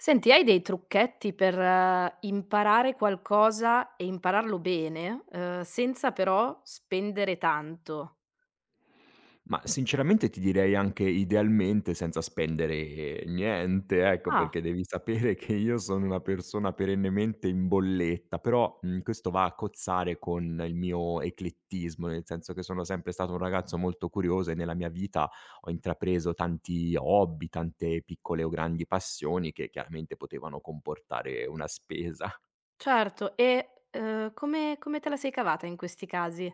Senti, hai dei trucchetti per imparare qualcosa e impararlo bene, senza però spendere tanto? Ma sinceramente ti direi anche idealmente senza spendere niente, ecco, Ah, perché devi sapere che io sono una persona perennemente in bolletta, però, questo va a cozzare con il mio eclettismo, nel senso che sono sempre stato un ragazzo molto curioso e nella mia vita ho intrapreso tanti hobby, tante piccole o grandi passioni che chiaramente potevano comportare una spesa. certo. E, come te la sei cavata in questi casi?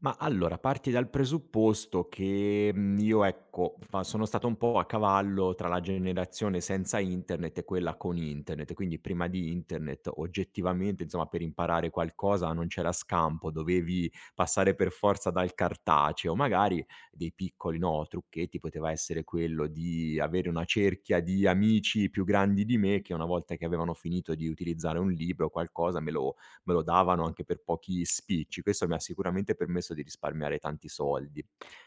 Ma allora, parti dal presupposto che, io ecco, fa sono stato un po' a cavallo tra la generazione senza internet e quella con internet, quindi prima di internet oggettivamente, insomma, per imparare qualcosa non c'era scampo, dovevi passare per forza dal cartaceo. Magari dei piccoli, no, trucchetti poteva essere quello di avere una cerchia di amici più grandi di me che una volta che avevano finito di utilizzare un libro o qualcosa me lo davano anche per pochi spicci. Questo mi ha sicuramente permesso di risparmiare tanti soldi.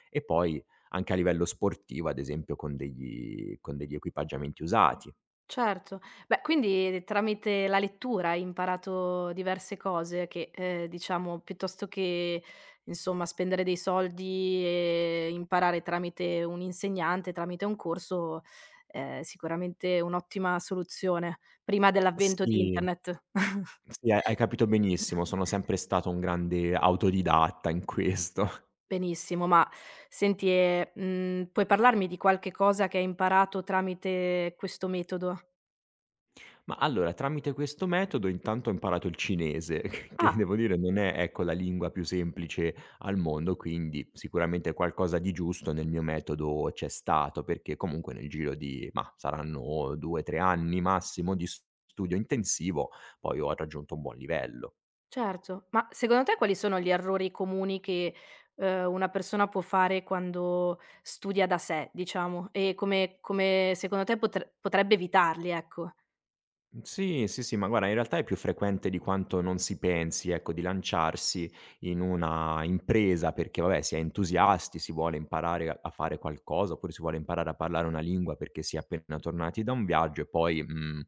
E poi anche a livello sportivo, ad esempio, con degli equipaggiamenti usati. Certo. Beh, quindi tramite la lettura hai imparato diverse cose che, diciamo, piuttosto che, insomma, spendere dei soldi e imparare tramite un insegnante, tramite un corso, è sicuramente un'ottima soluzione, prima dell'avvento di Sì, internet. sì, hai capito benissimo, sono sempre stato un grande autodidatta in questo. Benissimo, ma senti, puoi parlarmi di qualche cosa che hai imparato tramite questo metodo? Ma allora, tramite questo metodo intanto ho imparato il cinese, che Ah. devo dire non è, ecco, la lingua più semplice al mondo, quindi sicuramente qualcosa di giusto nel mio metodo c'è stato, perché comunque nel giro di, mah, saranno 2, 3 anni massimo di studio intensivo, poi ho raggiunto un buon livello. Certo, ma secondo te quali sono gli errori comuni che, una persona può fare quando studia da sé, diciamo, e come secondo te potrebbe evitarli, ecco? Sì, sì, sì, ma guarda in realtà è più frequente di quanto non si pensi, ecco, di lanciarsi in una impresa perché vabbè si è entusiasti, si vuole imparare a fare qualcosa, oppure si vuole imparare a parlare una lingua perché si è appena tornati da un viaggio e poi, mhmm,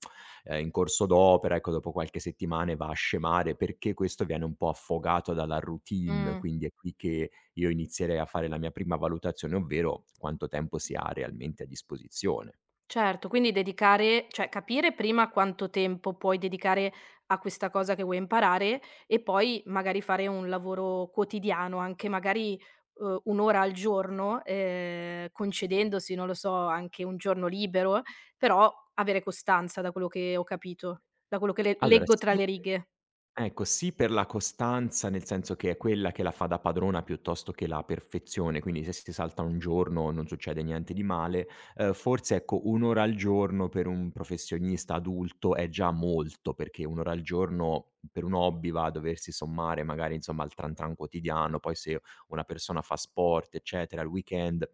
ehm, in corso d'opera, ecco, dopo qualche settimane va a scemare perché questo viene un po' affogato dalla routine, Mh. quindi è qui che io inizierei a fare la mia prima valutazione, ovvero quanto tempo si ha realmente a disposizione. Certo, quindi dedicare cioè capire prima quanto tempo puoi dedicare a questa cosa che vuoi imparare e poi magari fare un lavoro quotidiano, anche magari, un'ora ora al giorno, concedendosi, non lo so, anche un giorno libero, però avere costanza da quello che ho capito, da quello che le Allora leggo tra sì le righe. Ecco, sì per la costanza, nel senso che è quella che la fa da padrona piuttosto che la perfezione, quindi se si salta un giorno non succede niente di male. Forse ecco 1 ora al giorno per un professionista adulto è già molto, perché 1 ora al giorno per un hobby va a doversi sommare magari insomma al tran tran quotidiano, poi se una persona fa sport eccetera, il weekend,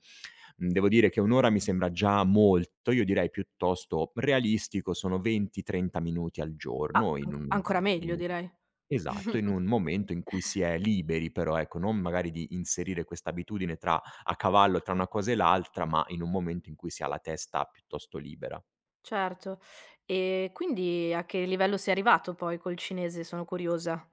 devo dire che 1 ora mi sembra già molto, io direi piuttosto realistico sono 20, 30 minuti al Ah, giorno ancora meglio in un direi. Esatto, in un momento in cui si è liberi però, ecco, non magari di inserire questa abitudine tra a cavallo tra una cosa e l'altra, ma in un momento in cui si ha la testa piuttosto libera. Certo. E quindi a che livello sei arrivato poi col cinese? Sono curiosa.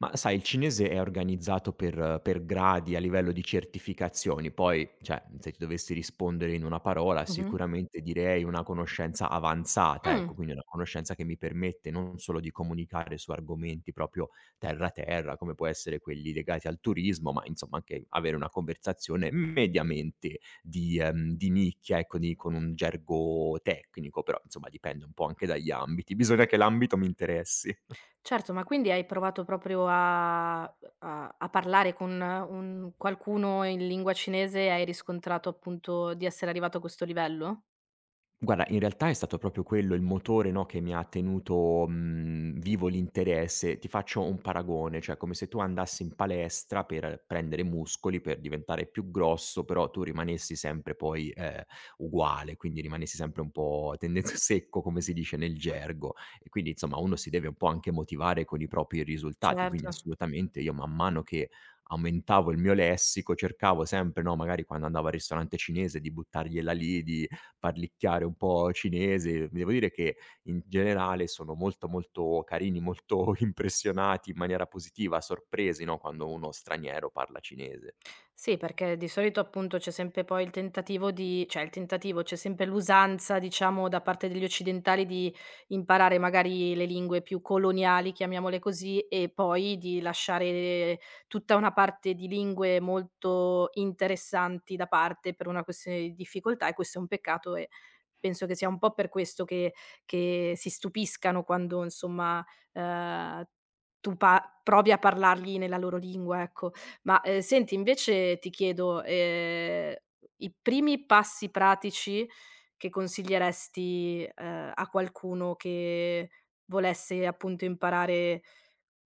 Ma sai, il cinese è organizzato per gradi a livello di certificazioni, poi, cioè, se ti dovessi rispondere in una parola, Mh-mh. sicuramente direi una conoscenza avanzata, ecco, Mh. quindi una conoscenza che mi permette non solo di comunicare su argomenti proprio terra terra, come può essere quelli legati al turismo, ma insomma anche avere una conversazione mediamente di nicchia, ecco, di con un gergo tecnico, però insomma dipende un po' anche dagli ambiti. Bisogna che l'ambito mi interessi. Certo, ma quindi hai provato proprio a a parlare con un qualcuno in lingua cinese e hai riscontrato appunto di essere arrivato a questo livello? Guarda, in realtà è stato proprio quello il motore, no, che mi ha tenuto, vivo l'interesse. Ti faccio un paragone, cioè come se tu andassi in palestra per prendere muscoli, per diventare più grosso, però tu rimanessi sempre poi, uguale, quindi rimanessi sempre un po' tendenza secco, come si dice nel gergo. E quindi insomma uno si deve un po' anche motivare con i propri risultati, Certo. quindi assolutamente io man mano che aumentavo il mio lessico cercavo sempre, no, magari quando andavo al ristorante cinese di buttargliela lì, di parlicchiare un po' cinese. Devo dire che in generale sono molto, molto carini, molto impressionati in maniera positiva, sorpresi, no, quando uno straniero parla cinese. Sì, perché di solito appunto c'è sempre poi il tentativo di cioè il tentativo, c'è sempre l'usanza diciamo da parte degli occidentali di imparare magari le lingue più coloniali, chiamiamole così, e poi di lasciare tutta una parte di lingue molto interessanti da parte per una questione di difficoltà e questo è un peccato e penso che sia un po' per questo che si stupiscano quando insomma, ehm, tu pa provi a parlargli nella loro lingua, ecco. Ma, senti invece ti chiedo, i primi passi pratici che consiglieresti, a qualcuno che volesse appunto imparare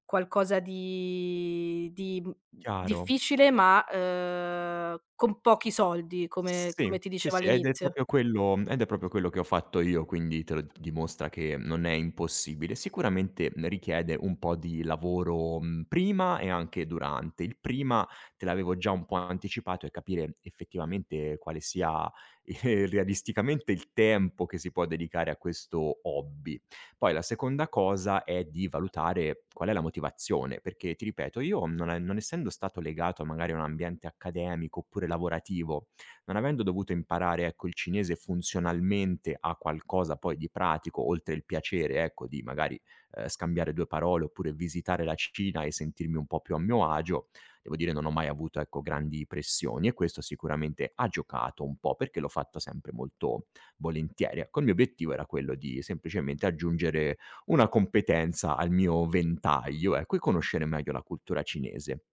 qualcosa di Chiaro. difficile ma, con pochi soldi come Sì, come ti sì, dicevo sì, ed è all'inizio. proprio quello ed è proprio quello che ho fatto io, quindi te lo dimostra che non è impossibile. Sicuramente, richiede un po' di lavoro, prima e anche durante. Il prima te l'avevo già un po' anticipato e capire effettivamente quale sia, realisticamente il tempo che si può dedicare a questo hobby. Poi la seconda cosa è di valutare qual è la motivazione, perché ti ripeto, io non essendo stato legato magari a un ambiente accademico oppure lavorativo non avendo dovuto imparare, ecco, il cinese funzionalmente a qualcosa poi di pratico, oltre il piacere, ecco, di magari, scambiare 2 parole oppure visitare la Cina e sentirmi un po' più a mio agio, devo dire non ho mai avuto, ecco, grandi pressioni e questo sicuramente ha giocato un po', perché l'ho fatto sempre molto volentieri. Ecco, il mio obiettivo era quello di semplicemente aggiungere una competenza al mio ventaglio, ecco, e conoscere meglio la cultura cinese.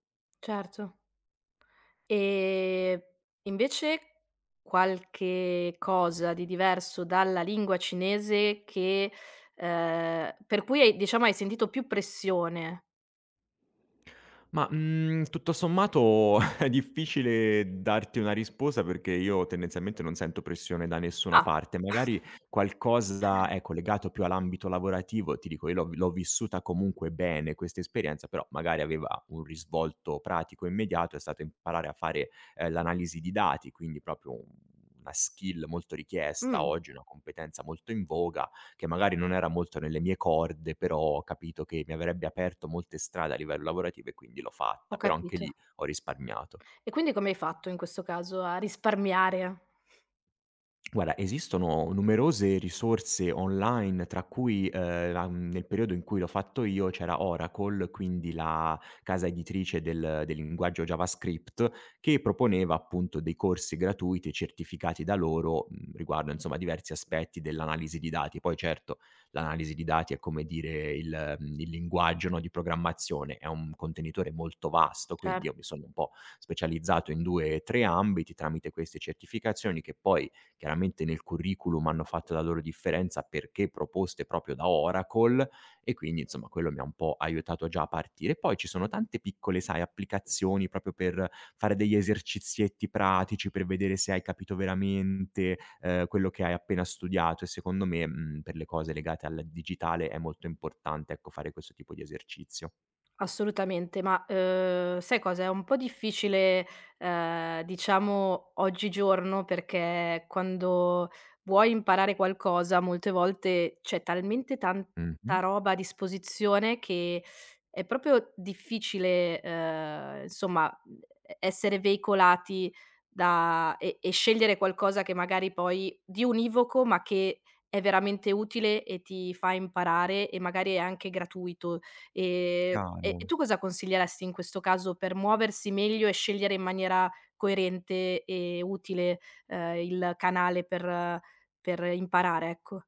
Certo. Ehm, Invece qualche cosa di diverso dalla lingua cinese che per cui hai diciamo hai sentito più pressione? Ma, tutto sommato è difficile darti una risposta perché io tendenzialmente non sento pressione da nessuna Ah, parte. Magari qualcosa, ecco, legato più all'ambito lavorativo, ti dico io l'ho vissuta comunque bene questa esperienza, però magari aveva un risvolto pratico immediato, è stato imparare a fare, l'analisi di dati, quindi proprio una skill molto richiesta mh, oggi, una competenza molto in voga che magari non era molto nelle mie corde, però ho capito che mi avrebbe aperto molte strade a livello lavorativo e quindi l'ho ho fatta, però anche capito. lì ho risparmiato. E quindi come hai fatto in questo caso a risparmiare? Guarda, esistono numerose risorse online, tra cui, nel periodo in cui l'ho fatto io c'era Oracle, quindi la casa editrice del linguaggio JavaScript, che proponeva appunto dei corsi gratuiti certificati da loro, riguardo insomma diversi aspetti dell'analisi di dati. Poi certo, l'analisi di dati è come dire il linguaggio, no, di programmazione, è un contenitore molto vasto, Cer quindi io mi sono un po' specializzato in 2, 3 ambiti tramite queste certificazioni che poi chiaramente nel curriculum hanno fatto la loro differenza perché proposte proprio da Oracle e quindi insomma quello mi ha un po' aiutato già a partire. Poi ci sono tante piccole, sai, applicazioni proprio per fare degli esercizietti pratici, per vedere se hai capito veramente, quello che hai appena studiato e secondo me, per le cose legate al digitale è molto importante, ecco, fare questo tipo di esercizio. Assolutamente, ma, sai cosa? È un po' difficile, diciamo oggigiorno, perché quando vuoi imparare qualcosa molte volte c'è talmente tanta Mh-mh. roba a disposizione che è proprio difficile, insomma, e essere veicolati da e scegliere qualcosa che magari poi di univoco, ma che è veramente utile e ti fa imparare e magari è anche gratuito. E Chiaro. tu cosa consiglieresti in questo caso per muoversi meglio e scegliere in maniera coerente e utile, il canale per imparare, ecco?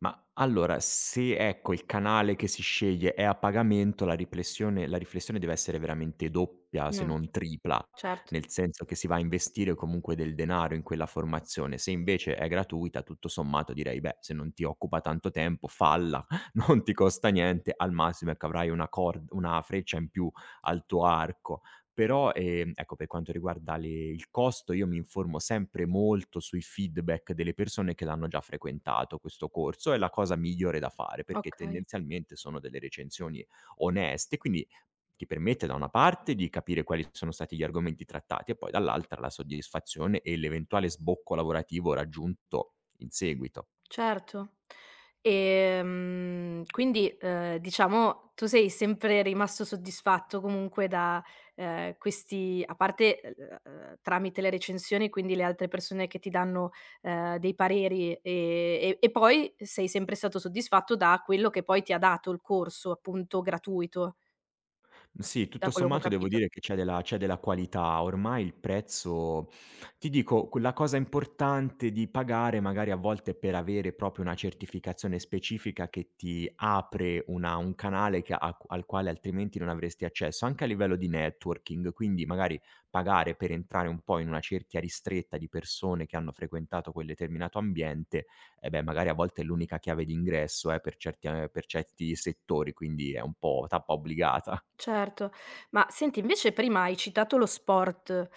Ma allora, se ecco il canale che si sceglie è a pagamento, la riflessione deve essere veramente doppia, se Mh, non tripla, certo, nel senso che si va a investire comunque del denaro in quella formazione. Se invece è gratuita, tutto sommato direi: "Beh, se non ti occupa tanto tempo, falla, non ti costa niente, al massimo, ecco, avrai una freccia in più al tuo arco." Però, ecco, per quanto riguarda le il costo, io mi informo sempre molto sui feedback delle persone che l'hanno già frequentato questo corso, è la cosa migliore da fare, perché okay. tendenzialmente sono delle recensioni oneste, quindi ti permette da una parte di capire quali sono stati gli argomenti trattati e poi dall'altra la soddisfazione e l'eventuale sbocco lavorativo raggiunto in seguito. Certo. Quindi, diciamo, tu sei sempre rimasto soddisfatto comunque da, questi a parte, tramite le recensioni, quindi le altre persone che ti danno, dei pareri, e poi sei sempre stato soddisfatto da quello che poi ti ha dato il corso, appunto gratuito, Sì, da tutto quello che ho sommato devo capito. dire che c'è della qualità. Ormai il prezzo ti dico, quella cosa importante di pagare magari a volte per avere proprio una certificazione specifica che ti apre una un canale che a al quale altrimenti non avresti accesso, anche a livello di networking. Quindi magari pagare per entrare un po' in una cerchia ristretta di persone che hanno frequentato quel determinato ambiente, e beh, magari a volte è l'unica chiave d'ingresso, per certi a per certi settori, quindi è un po' tappa obbligata. Certo. Ma senti, invece prima hai citato lo sport,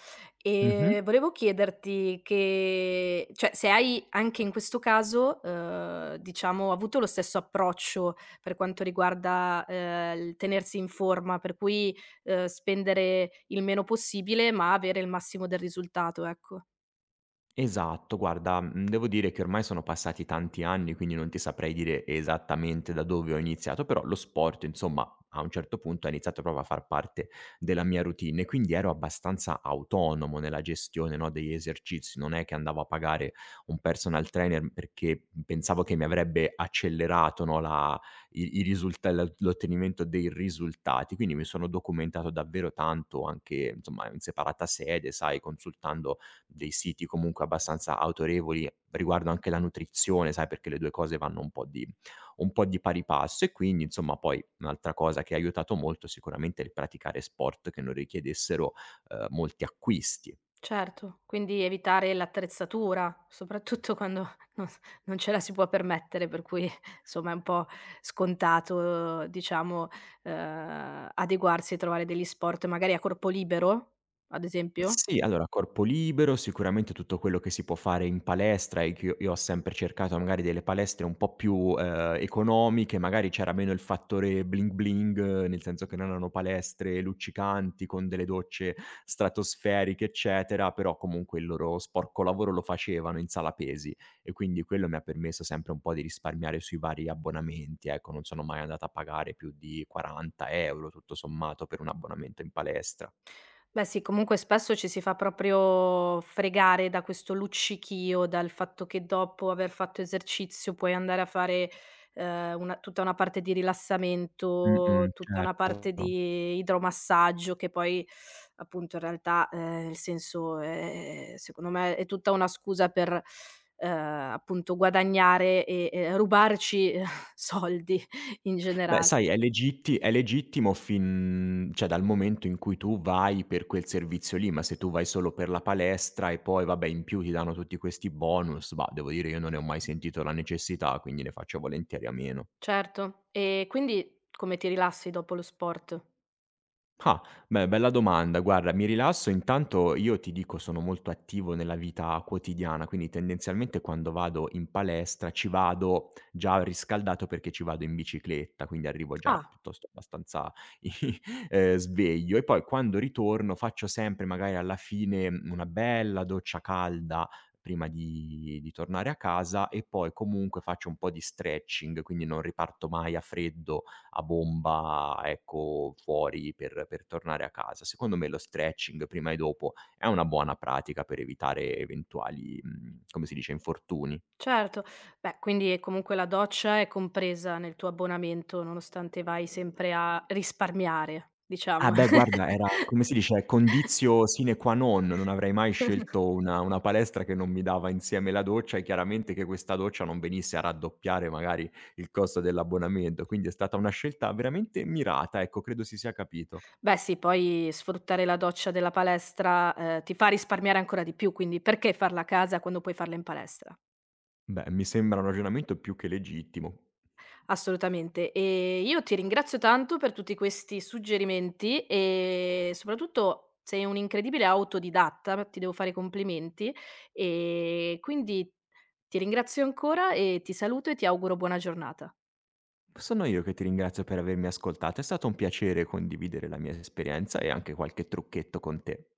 Mh-mh. Volevo chiederti che cioè se hai anche in questo caso, diciamo avuto lo stesso approccio per quanto riguarda, il tenersi in forma, per cui, spendere il meno possibile, ma avere il massimo del risultato, ecco. Esatto, guarda, devo dire che ormai sono passati tanti anni, quindi non ti saprei dire esattamente da dove ho iniziato, però lo sport insomma a un certo punto ha iniziato proprio a far parte della mia routine, quindi ero abbastanza autonomo nella gestione, no, degli esercizi. Non è che andavo a pagare un personal trainer perché pensavo che mi avrebbe accelerato, no, la i i risulta la l'ottenimento dei risultati. Quindi mi sono documentato davvero tanto anche, insomma, in separata sede, sai, consultando dei siti comunque abbastanza autorevoli riguardo anche la nutrizione, sai, perché le 2 cose vanno un po' di pari passo e quindi insomma poi un'altra cosa che ha aiutato molto sicuramente è il praticare sport che non richiedessero, molti acquisti. Certo, quindi evitare l'attrezzatura, soprattutto quando non s non ce la si può permettere, per cui insomma è un po' scontato, diciamo, adeguarsi e trovare degli sport magari a corpo libero, ad esempio? Sì, allora corpo libero, sicuramente tutto quello che si può fare in palestra e che io ho sempre cercato magari delle palestre un po' più, economiche, magari c'era meno il fattore bling bling, nel senso che non erano palestre luccicanti con delle docce stratosferiche, eccetera, però comunque il loro sporco lavoro lo facevano in sala pesi e quindi quello mi ha permesso sempre un po' di risparmiare sui vari abbonamenti, ecco, non sono mai andato a pagare più di 40 € tutto sommato per un abbonamento in palestra. Beh sì, comunque spesso ci si fa proprio fregare da questo luccichio, dal fatto che dopo aver fatto esercizio puoi andare a fare, una tutta una parte di rilassamento, Mh-mh, tutta una certo. parte di idromassaggio che poi appunto in realtà, il senso è secondo me è tutta una scusa per, ehm, appunto guadagnare e rubarci soldi in Beh, generale. sai è legitti è legittimo fin cioè dal momento in cui tu vai per quel servizio lì, ma se tu vai solo per la palestra e poi vabbè in più ti danno tutti questi bonus, bah, devo dire io non ne ho mai sentito la necessità, quindi ne faccio volentieri a meno. Certo. E quindi come ti rilassi dopo lo sport? Ah, beh, bella domanda. Guarda, mi rilasso, intanto io ti dico sono molto attivo nella vita quotidiana, quindi tendenzialmente quando vado in palestra ci vado già riscaldato perché ci vado in bicicletta, quindi arrivo già Ah. piuttosto abbastanza sveglio e poi quando ritorno faccio sempre magari alla fine una bella doccia calda prima di tornare a casa e poi comunque faccio un po' di stretching, quindi non riparto mai a freddo a bomba, ecco, fuori per tornare a casa. Secondo me lo stretching prima e dopo è una buona pratica per evitare eventuali, come si dice, infortuni. Certo. Beh, quindi e comunque la doccia è compresa nel tuo abbonamento, nonostante vai sempre a risparmiare, Ah diciamo. beh guarda era, come si dice, conditio sine qua non, non avrei mai scelto una palestra che non mi dava insieme la doccia e chiaramente che questa doccia non venisse a raddoppiare magari il costo dell'abbonamento, quindi è stata una scelta veramente mirata, ecco, credo si sia capito. Beh sì, poi sfruttare la doccia della palestra, ti fa risparmiare ancora di più, quindi perché farla a casa quando puoi farla in palestra? Beh, mi sembra un ragionamento più che legittimo. Assolutamente. E io ti ringrazio tanto per tutti questi suggerimenti e soprattutto sei un'incredibile autodidatta, ti devo fare i complimenti e quindi ti ringrazio ancora e ti saluto e ti auguro buona giornata. Sono io che ti ringrazio per avermi ascoltato, è stato un piacere condividere la mia esperienza e anche qualche trucchetto con te.